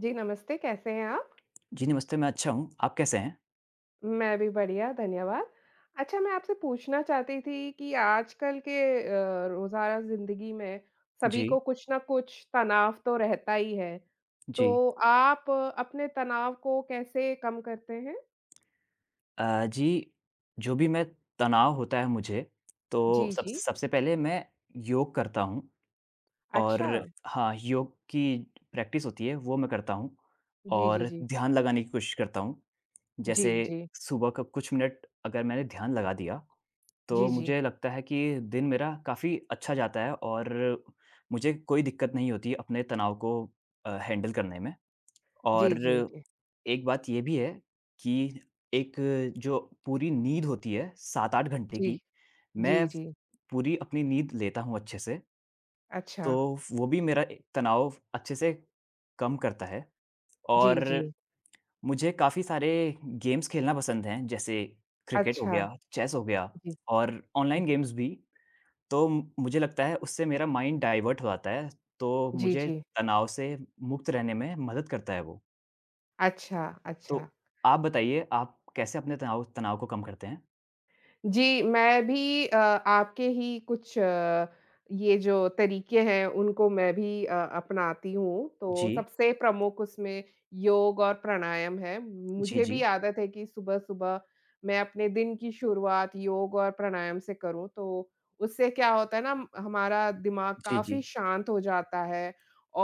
जी, नमस्ते, कैसे हैं आप? जी, नमस्ते, मैं अच्छा हूँ। आप कैसे हैं? मैं भी बढ़िया, धन्यवाद। अच्छा, मैं आपसे पूछना चाहती थी कि आजकल के रोज़ाना ज़िंदगी में सभी जी, को कुछ ना कुछ तनाव तो रहता ही है। जी। तो आप अपने तनाव को कैसे कम करते हैं? जी, जो भी मैं तनाव होता है मुझे, तो जी, सब जी। सबसे पहले मैं योग करता हूँ और अच्छा। हाँ, योग की प्रैक्टिस होती है, वो मैं करता हूँ जी, जी, और जी। ध्यान लगाने की कोशिश करता हूँ। जैसे जी, जी। सुबह का कुछ मिनट अगर मैंने ध्यान लगा दिया, जी, तो जी। मुझे लगता है कि दिन मेरा काफ़ी अच्छा जाता है और मुझे कोई दिक्कत नहीं होती अपने तनाव को हैंडल करने में। और जी, जी, जी। एक बात ये भी है कि एक जो पूरी नींद होती है 7-8 घंटे जी, की, जी, मैं जी। पूरी अपनी नींद लेता हूँ अच्छे से, तो अच्छा। वो भी मेरा ए तनाव अच्छे से कम करता है और जी, जी। मुझे काफ़ी सारे गेम्स खेलना पसंद हैं, जैसे क्रिकेट हो अच्छा। गया, चेस हो गया जी, और जी। ऑनलाइन गेम्स भी। तो मुझे लगता है उससे मेरा माइंड डाइवर्ट हो जाता है, तो जी, मुझे जी। तनाव से मुक्त रहने में मदद करता है वो। अच्छा, तो अच्छा। आप बताइए, आप कैसे अपने तनाव तनाव को कम करते हैं? जी, मैं भी आपके ही कुछ ये जो तरीके हैं उनको मैं भी अपनाती हूँ। तो जी। सबसे प्रमुख उसमें योग और प्राणायाम है। जी, मुझे भी जी। आदत है कि सुबह-सुबह मैं अपने दिन की शुरुआत योग और प्राणायाम से करूँ। तो उससे क्या होता है ना, हमारा दिमाग जी, काफ़ी जी। शांत हो जाता है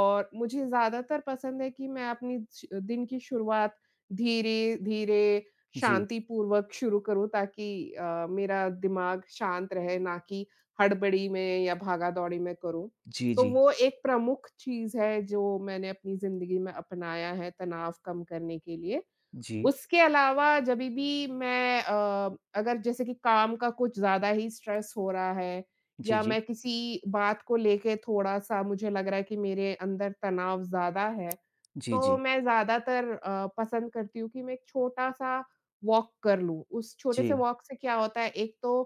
और मुझे ज़्यादातर पसंद है कि मैं अपनी श दिन की शुरुआत धीरे-धीरे जी। शांतिपूर्वक शुरू करूँ ताकि मेरा दिमाग शांत रहे, ना कि हड़बड़ी में या भागा-दौड़ी में करूँ। जी, तो जी। वो एक प्रमुख चीज़ है जो मैंने अपनी ज़िंदगी में अपनाया है तनाव कम करने के लिए। जी। उसके अलावा जभी भी मैं अगर जैसे कि काम का कुछ ज़्यादा ही स्ट्रेस हो रहा है जी, या जी। मैं किसी बात को लेके थोड़ा-सा मुझे लग रहा है कि मेरे अंदर तनाव ज़्यादा है, जी, तो जी। मैं ज़्यादातर पसंद करती हूँ कि मैं एक छोटा-सा वॉक कर लूँ। उस छोटे से जी, वॉक से क्या होता है, एक तो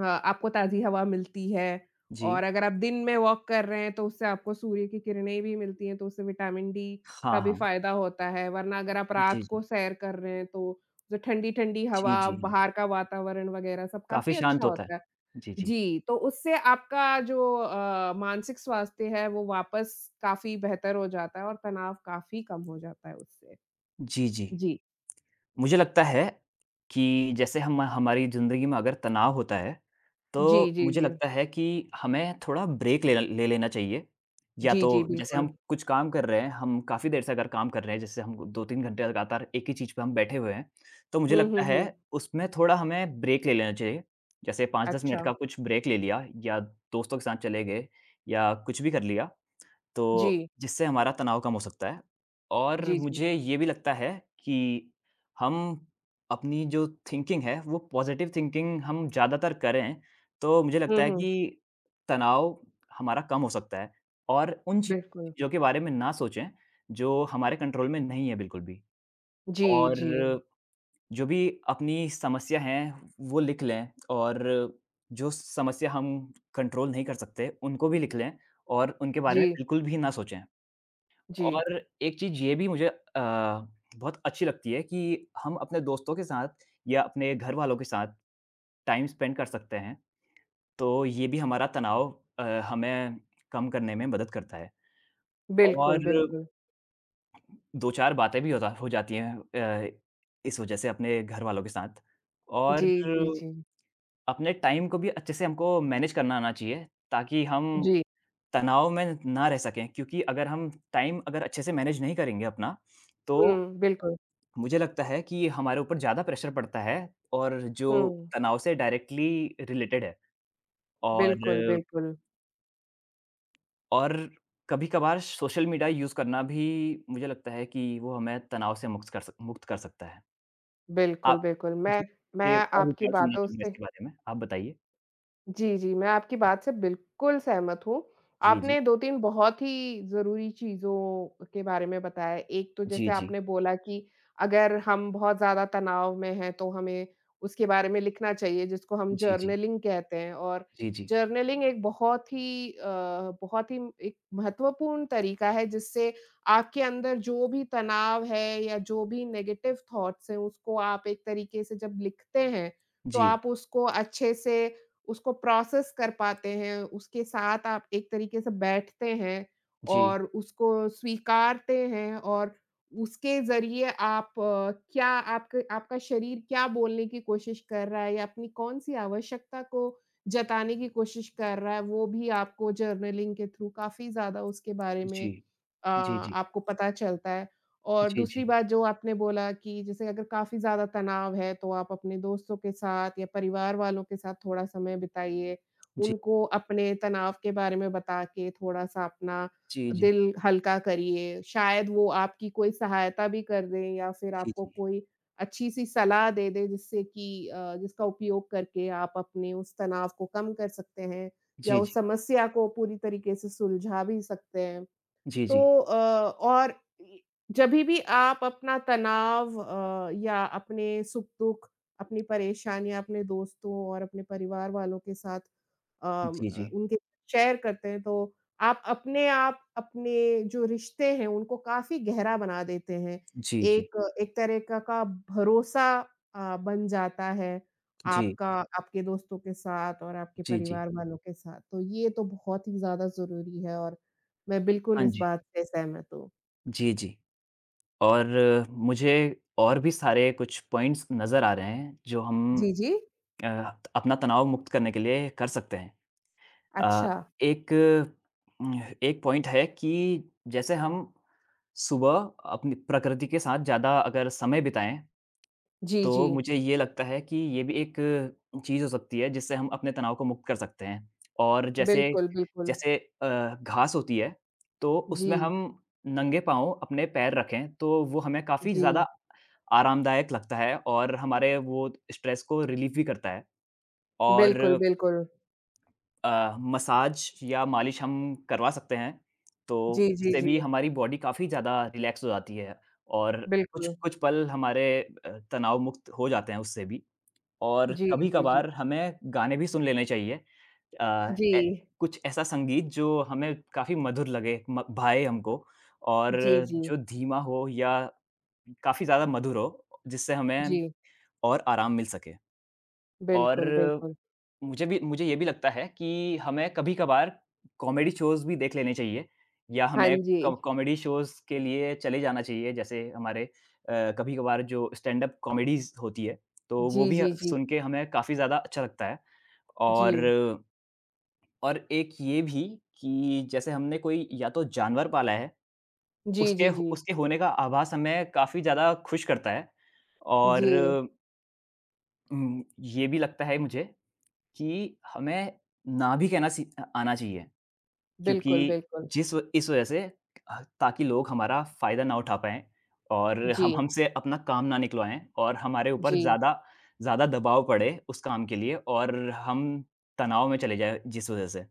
आपको ताज़ी हवा मिलती है जी। और अगर आप दिन में वॉक कर रहे हैं, तो उससे आपको सूर्य की किरणें भी मिलती हैं, तो उससे विटामिन डी हाँ, का भी हाँ। फ़ायदा होता है। वरना अगर आप जी, रात को जी। सैर कर रहे हैं, तो जो ठंडी-ठंडी जी, हवा, जी। हाँ, बाहर का वातावरण वग़ैरह सब काफ़ी काफ़ी शांत अच्छा होता है। होता है। जी, जी। जी, तो उससे आपका जो मानसिक स्वास्थ्य है, वो वापस काफ़ी बेहतर हो जाता है और तनाव काफ़ी कम हो जाता है उससे। जी, जी। जी। मुझे लगता है कि जैसे हम हमारी ज़िंदगी में अगर तनाव होता है, जी, तो जी, मुझे जी। लगता है कि हमें थोड़ा ब्रेक लेना ले लेना चाहिए। या जी, तो जी, जैसे हम बिल्कुल। कुछ काम कर रहे हैं, हम काफ़ी देर से अगर काम कर रहे हैं, जैसे हम 2-3 घंटे लगातार एक ही चीज़ पे हम बैठे हुए हैं, तो मुझे हुँ, लगता हुँ, हुँ। है उसमें थोड़ा हमें ब्रेक ले लेना चाहिए। जैसे 5-10 मिनट अच्छा। का कुछ ब्रेक ले लिया या दोस्तों के साथ चले गए या कुछ भी कर लिया। तो जी। जिससे हमारा तनाव कम हो सकता है और जी, जी। मुझे ये भी लगता है कि हम अपनी जो थिंकिंग है वो पॉजिटिव थिंकिंग हम ज़्यादातर करें, तो मुझे लगता हुँ, है हुँ। कि तनाव हमारा कम हो सकता है और उन बिल्कुल। चीज़ों के बारे में ना सोचें जो हमारे कंट्रोल में नहीं है बिल्कुल भी। जी, और जी, जो भी अपनी समस्या हैं वो लिख लें और जो समस्या हम कंट्रोल नहीं कर सकते उनको भी लिख लें और उनके बारे में जी, बिल्कुल भी ना सोचें। जी। और एक चीज़ ये भी मुझे बहुत अच्छी लगती है कि हम अपने दोस्तों के साथ या अपने घर वालों के साथ टाइम स्पेंड कर सकते हैं। तो ये भी हमारा तनाव हमें कम करने में मदद करता है और बिल्कुल, बिल्कुल। 2-4 बातें भी होता हो जाती हैं, इस वज़ह से अपने घर वालों के साथ और जी, जी, जी। अपने टाइम को भी अच्छे से हमको मैनेज करना आना चाहिए ताकि हम जी। तनाव में ना रह सकें क्योंकि अगर हम टाइम अगर अच्छे से मैनेज नहीं करेंगे अपना, तो हुँ, बिल्कुल। मुझे लगता है कि ये हमारे ऊपर ज़्यादा प्रेशर पड़ता है और जो हुँ। तनाव से डायरेक्टली रिलेटेड है। और बिल्कुल, बिल्कुल। और कभी-कभार सोशल मीडिया यूज़ करना भी मुझे लगता है कि वो हमें तनाव से मुक्त कर सकता है। बिल्कुल, आप बिल्कुल। मैं जी, ये मैं और आपकी विचार सुनना बातों चाहूँगा से, इसके बारे में, आप बताइए? जी, जी, मैं आपकी बात से बिल्कुल सहमत हूँ। जी, जी। आपने 2-3 बहुत ही ज़रूरी चीज़ों के बारे में बताया। एक तो जी, जैसे जी। आपने बोला कि अगर हम बहुत ज़्यादा तनाव में हैं, तो हमें उसके बारे में लिखना चाहिए, जिसको हम जी, जी। जर्नलिंग कहते हैं और जी, जी। जर्नलिंग एक बहुत ही बहुत ही एक महत्वपूर्ण तरीका है, जिससे आपके अंदर जो भी तनाव है या जो भी नेगेटिव थॉट्स हैं, उसको आप एक तरीके से जब लिखते हैं, तो जी, आप उसको अच्छे से उसको प्रोसेस कर पाते हैं, उसके साथ आप एक तरीके से बैठते हैं जी, और उसको स्वीकारते हैं और उसके ज़रिए आप क्या आपके आपका शरीर क्या बोलने की कोशिश कर रहा है या अपनी कौन-सी आवश्यकता को जताने की कोशिश कर रहा है, वो भी आपको जर्नलिंग के थ्रू काफ़ी ज़्यादा उसके बारे में जी। आपको पता चलता है। और जी, जी। दूसरी बात जो आपने बोला कि जैसे अगर काफ़ी ज़्यादा तनाव है, तो आप अपने दोस्तों के साथ या परिवार वालों के साथ थोड़ा समय बिताइए। उनको अपने तनाव के बारे में बता के थोड़ा-सा अपना जी, जी। दिल हल्का करिए। शायद वो आपकी कोई सहायता भी कर दें या फिर जी, आपको जी, जी। कोई अच्छी-सी सलाह दे दें जिससे कि जिसका उपयोग करके आप अपने उस तनाव को कम कर सकते हैं या जी, उस जी। समस्या को पूरी तरीके से सुलझा भी सकते हैं। जी, जी। तो अ, और इ जभी भी आप अपना तनाव या अपने सुख-दुख, अपनी परेशानियाँ अपने दोस्तों और अपने परिवार वालों के साथ जी, जी। जी, जी। उनके शेयर करते हैं तो आप अपने जो रिश्ते हैं उनको काफ़ी गहरा बना देते हैं। एक एक तरह का भरोसा बन जाता है जी, जी। आपका, आपके दोस्तों के साथ और आपके जी, जी, जी। परिवार वालों के साथ। तो ये तो बहुत ही ज़्यादा ज़रूरी है और मैं बिल्कुल हाँ इस जी। बात से सहमत हूँ। जी, जी। और मुझे और भी सारे कुछ पॉइंट्स नज़र आ रहे हैं जो हम जी, जी। अ, अपना तनाव मुक्त करने के लिए कर सकते हैं। अच्छा। अ, एक एक पॉइंट है कि जैसे हम सुबह अपनी प्रकृति के साथ ज़्यादा अगर समय बिताएँ जी, जी। तो मुझे ये लगता है कि ये भी एक चीज़ हो सकती है जिससे हम अपने तनाव को मुक्त कर सकते हैं। और जैसे बिल्कुल, बिल्कुल। जैसे अ, घास होती है तो उसमें जी, हम नंगे पाँव अपने पैर रखें तो वो हमें काफ़ी जी। ज़्यादा आरामदायक लगता है और हमारे वो स्ट्रेस को रिलीफ़ भी करता है। और बिल्कुल, बिल्कुल। मसाज या मालिश हम करवा सकते हैं, तो जी, जी, उससे भी जी। हमारी बॉडी काफ़ी ज़्यादा रिलैक्स हो जाती है और कुछ बिल्कुल। कुछ पल हमारे तनाव मुक्त हो जाते हैं उससे भी। और जी, जी, जी। कभी-कभार हमें गाने भी सुन लेने चाहिए। अ, ए जी, कुछ ऐसा संगीत जो हमें काफ़ी मधुर लगे, म भाए हमको और जी, जी, जो धीमा हो या काफ़ी ज़्यादा मधुर हो, जिससे हमें जी। और आराम मिल सके। और बिल्कुल, बिल्कुल। मुझे ये भी लगता है कि हमें कभी-कभार कॉमेडी शोज़ भी देख लेने चाहिए या हाँ हमें जी। क कॉमेडी शोज़ के लिए चले जाना चाहिए। जैसे हमारे, कभी-कभार जो स्टैंड-अप कॉमेडीज़ होती है, तो वो जी, भी जी, जी, सुन के हमें काफ़ी ज़्यादा अच्छा लगता है। जी। और और एक ये भी कि जैसे हमने कोई या तो जानवर पाला है, जी, उसके जी, जी। उसके होने का आभास हमें काफ़ी ज़्यादा खुश करता है। और जी, ये भी लगता है मुझे कि हमें ना भी कहना सी आना चाहिए। क्योंकि बिल्कुल, बिल्कुल। जिस व इस वजह से, ताकि लोग हमारा फ़ायदा ना उठा पाएँ और हम जी, हमसे अपना काम ना निकलवाएँ और हमारे ऊपर जी। ज़्यादा ज़्यादा दबाव पड़े उस काम के लिए और हम तनाव में चले जाएँ जिस वजह से।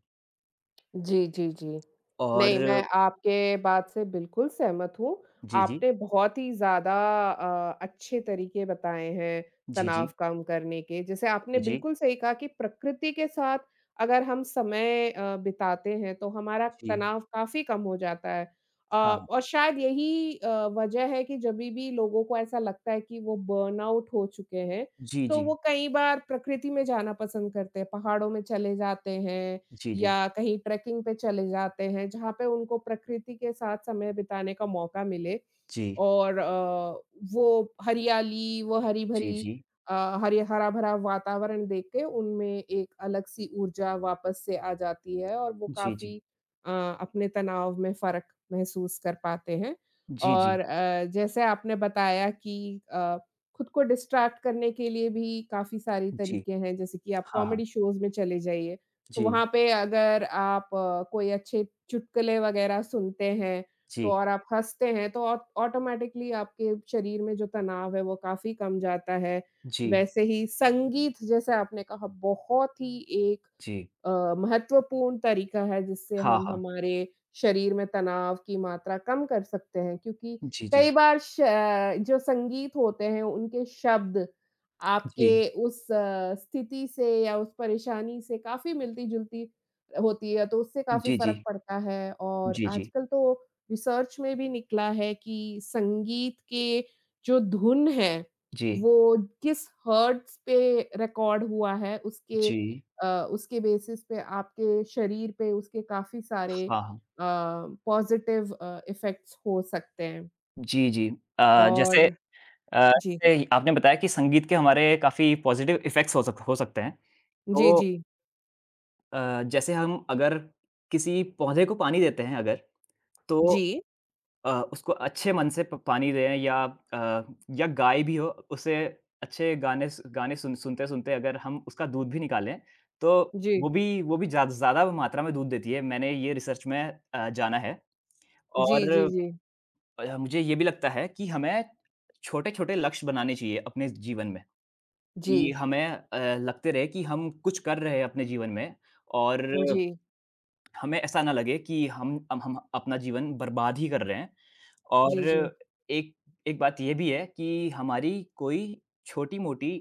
जी, जी, जी। और नहीं, मैं आपके बात से बिल्कुल सहमत हूँ। जी, जी। आपने बहुत ही ज़्यादा अच्छे तरीके बताए हैं जी, तनाव जी। कम करने के। जैसे आपने जी, जी। बिल्कुल सही कहा कि प्रकृति के साथ अगर हम समय बिताते हैं तो हमारा जी। तनाव काफ़ी कम हो जाता है। हाँ, हाँ। और शायद यही वजह है कि जभी भी लोगों को ऐसा लगता है कि वो बर्नआउट हो चुके हैं, जी, तो जी। वो कई बार प्रकृति में जाना पसंद करते हैं, पहाड़ों में चले जाते हैं जी, जी। या कहीं ट्रैकिंग पे चले जाते हैं, जहाँ पे उनको प्रकृति के साथ समय बिताने का मौका मिले जी। और वो हरियाली, वो जी, हरी-भरी जी। अ, हरी हरा-भरा वातावरण देख के उनमें एक अलग-सी ऊर्जा वापस से आ जाती है और वो जी, जी। काफ़ी अ, अपने तनाव में फ़र्क महसूस कर पाते हैं जी, जी। और जैसे आपने बताया कि खुद को डिस्ट्रैक्ट करने के लिए भी काफ़ी सारे जी। तरीके हैं, जैसे कि आप हाँ, हाँ। कॉमेडी शोज़ में चले जाइए। तो जी। वहाँ पे अगर आप कोई अच्छे चुटकुले वगैरह सुनते हैं, तो जी। और आप हँसते हैं, तो ऑ ऑटोमैटिकली आपके शरीर में जो तनाव है, वो काफ़ी कम जाता है। जी। वैसे ही संगीत जैसे आपने कहा, बहुत ही एक जी। महत्वपूर्ण तरीका है जिससे हाँ, हम हाँ। हमारे शरीर में तनाव की मात्रा कम कर सकते हैं क्योंकि जी, कई जी। बार जो संगीत होते हैं उनके शब्द जी। आपके उस स्थिति से या उस परेशानी से काफ़ी मिलती-जुलती होती है तो उससे काफ़ी जी, फ़र्क जी। पड़ता है और जी, जी। आजकल तो रिसर्च में भी निकला है कि संगीत के जो धुन है जी। वो किस हर्ट्ज़ पे रिकॉर्ड हुआ है उसके जी, उसके बेसिस पे आपके शरीर पे उसके काफ़ी सारे हाँ, हाँ। पॉज़िटिव इफ़ेक्ट्स हो सकते हैं। जी, जी। अ, जैसे और अ, जी, जैसे आपने बताया कि संगीत के हमारे काफ़ी पॉज़िटिव इफ़ेक्ट्स हो सकते हैं। जी, तो, जी, जैसे हम अगर किसी पौधे को पानी देते हैं अगर, तो जी, उसको अच्छे मन से प पानी दें या अ, या गाय भी हो, उसे अच्छे गाने सुनते-सुनते अगर हम उसका दूध भी निकालें, तो जी, वो भी ज़्यादा मात्रा में दूध देती है। मैंने ये रिसर्च में जाना है। जी, और जी, जी, मुझे ये भी लगता है कि हमें छोटे-छोटे लक्ष्य बनाने चाहिए अपने जीवन में, कि जी, हमें लगते रहे कि हम कुछ कर रहे हैं अपने जीवन में और हमें ऐसा ना लगे कि हम अपना जीवन बर्बाद ही कर रहे हैं। और जी, जी, जी, एक एक बात ये भी है कि हमारी कोई छोटी-मोटी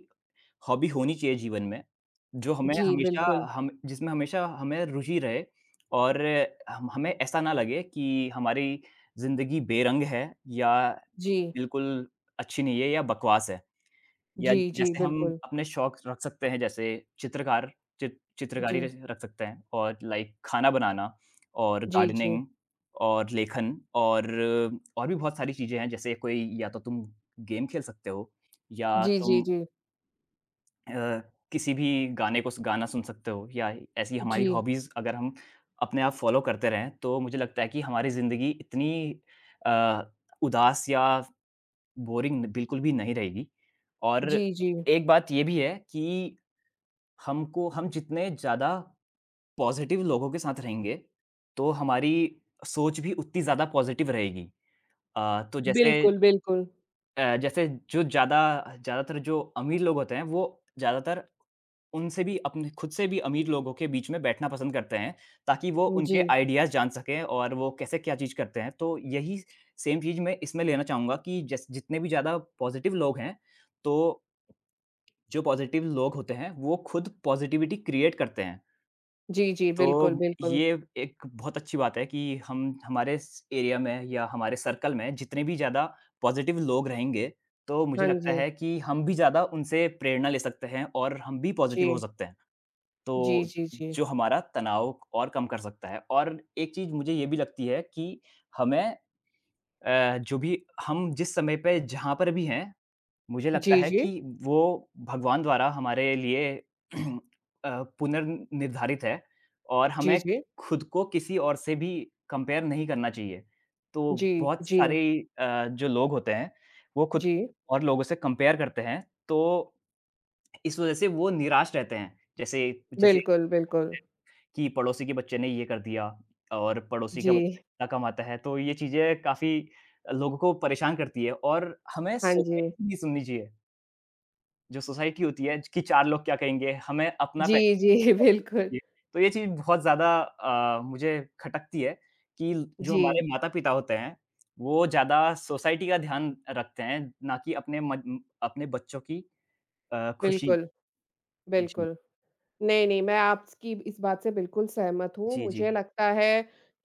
हॉबी होनी चाहिए जीवन में, जो हमें जी, हमेशा बिल्कुल। हम जिसमें हमेशा हमें रुचि रहे और हम हमें ऐसा ना लगे कि हमारी ज़िंदगी बेरंग है या जी, बिल्कुल अच्छी नहीं है या बकवास है। या जी, जी, जैसे हम बिल्कुल। अपने शौक रख सकते हैं जैसे चित्रकार चित्रकारी जी, रच रख सकते हैं और लाइक खाना बनाना और जी, जी, गार्डनिंग और लेखन, और भी बहुत सारी चीज़ें हैं जैसे कोई या तो तुम गेम खेल सकते हो या जी, जी, तुम जी, अ, किसी भी गाने को गाना सुन सकते हो या ऐसी जी, हमारी हॉबीज़ अगर हम अपने आप फ़ॉलो करते रहें, तो मुझे लगता है कि हमारी ज़िंदगी इतनी अ, उदास या बोरिंग बिल्कुल भी नहीं रहेगी। जी, और जी, एक बात ये भी है कि हमको हम जितने ज़्यादा पॉज़िटिव लोगों के साथ रहेंगे, तो हमारी सोच भी उतनी ज़्यादा पॉज़िटिव रहेगी। तो जैसे, बिल्कुल, बिल्कुल। अ, जैसे जो ज़्यादा ज़्यादातर जो अमीर लोग होते हैं, वो ज़्यादातर उनसे भी अपने खुद से भी अमीर लोगों के बीच में बैठना पसंद करते हैं, ताकि वो जी, उनके आइडियाज़ जान सकें और वो कैसे क्या चीज़ करते हैं। तो यही सेम चीज़ मैं इसमें लेना चाहूँगा कि जैस जितने भी ज़्यादा पॉज़िटिव लोग हैं, तो जो पॉज़िटिव लोग होते हैं, वो खुद पॉज़िटिविटी क्रिएट करते हैं। जी, जी, बिल्कुल, तो बिल्कुल। ये एक बहुत अच्छी बात है कि हम हमारे स एरिया में या हमारे सर्कल में जितने भी ज़्यादा पॉज़िटिव लोग रहेंगे, तो मुझे हाँ लगता जी। है कि हम भी ज़्यादा उनसे प्रेरणा ले सकते हैं और हम भी पॉज़िटिव हो जी, सकते हैं। जी, तो जी, जी। जो हमारा तनाव और कम कर सकता है। और एक चीज़ मुझे ये भी लगती है कि हमें जो भी हम जिस समय पे जहाँ पर भी हैं, मुझे लगता जी, है जी, कि वो भगवान द्वारा हमारे लिए पुनर्निर्धारित है और जी, हमें जी, खुद को किसी और से भी कंपेयर नहीं करना चाहिए। तो जी, बहुत जी। सारे जो लोग होते हैं, वो खुद जी, को और लोगों से कंपेयर करते हैं, तो इस वज़ह से वो निराश रहते हैं। जैसे जैसे बिल्कुल, बिल्कुल। कि पड़ोसी के बच्चे ने ये कर दिया और पड़ोसी का जी, हुँ। बच्चा इतना कमाता है, तो ये चीज़ें काफ़ी लोगों को परेशान करती है और हमें हाँ जी। सोसाइटी की नहीं सुननी चाहिए। जो सोसाइटी होती है कि 4 लोग क्या कहेंगे, हमें अपना जी, पैशन। जी, बिल्कुल। तो ये चीज़ बहुत ज़्यादा मुझे खटकती है कि जो हमारे जी, माता-पिता होते हैं, वो ज़्यादा सोसाइटी का ध्यान रखते हैं, ना कि अपने बच्चों की खुशी। बिल्कुल, जी, बिल्कुल। नहीं, नहीं, मैं आपकी इस बात से बिल्कुल सहमत हूँ। जी, मुझे जी। लगता है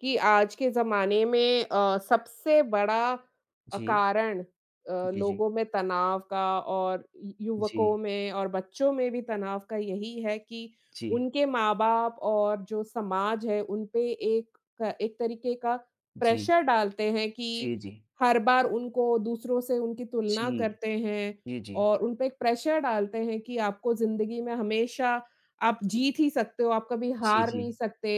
कि आज के ज़माने में सबसे बड़ा जी, कारण जी, जी। लोगों में तनाव का और यु युवकों जी, में और बच्चों में भी तनाव का यही है कि जी, उनके माँ-बाप और जो समाज है, उन पे एक तरीके का जी। प्रेशर डालते हैं कि जी, जी। हर बार उनको दूसरों से उनकी जी। तुलना करते हैं जी, जी। और उन पे एक प्रेशर डालते हैं कि आपको ज़िंदगी में हमेशा आप जीत ही सकते हो, आप कभी जी, हार जी। नहीं सकते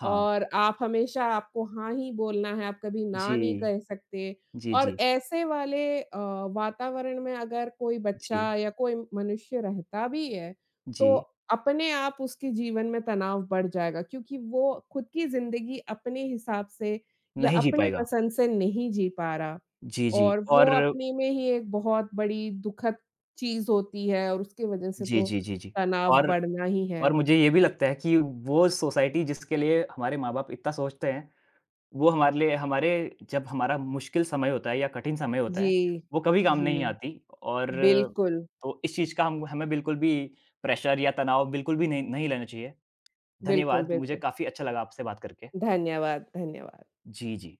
हाँ। और आप हमेशा आपको हाँ ही बोलना है, आप कभी ना जी। नहीं कह सकते। जी, जी। और ऐसे वाले वातावरण में अगर कोई बच्चा जी। या कोई मनुष्य रहता भी है, जी। तो अपने आप उसके जीवन में तनाव बढ़ जाएगा क्योंकि वो खुद की ज़िंदगी अपने हिसाब से या नहीं जी अपनी पाएगा। पसंद से नहीं जी पा रहा जी, जी। और वो और अपने में ही एक बहुत बड़ी दुखद चीज़ होती है और उसकी वजह से जी, तो जी, जी, जी। तनाव और बढ़ना ही है। और मुझे ये भी लगता है कि वो सोसाइटी जिसके लिए हमारे माँ-बाप इतना सोचते हैं, वो हमारे लिए हमारे जब हमारा मुश्किल समय होता है या कठिन समय होता जी, है, वो कभी काम जी। नहीं आती और बिल्कुल, तो इस चीज़ का हम हमें बिल्कुल भी प्रेशर या तनाव बिल्कुल भी नहीं नहीं लेना चाहिए। बिल्कुल, धन्यवाद, मुझे बिल्कुल। काफ़ी अच्छा लगा आपसे बात करके। धन्यवाद, धन्यवाद। जी, जी।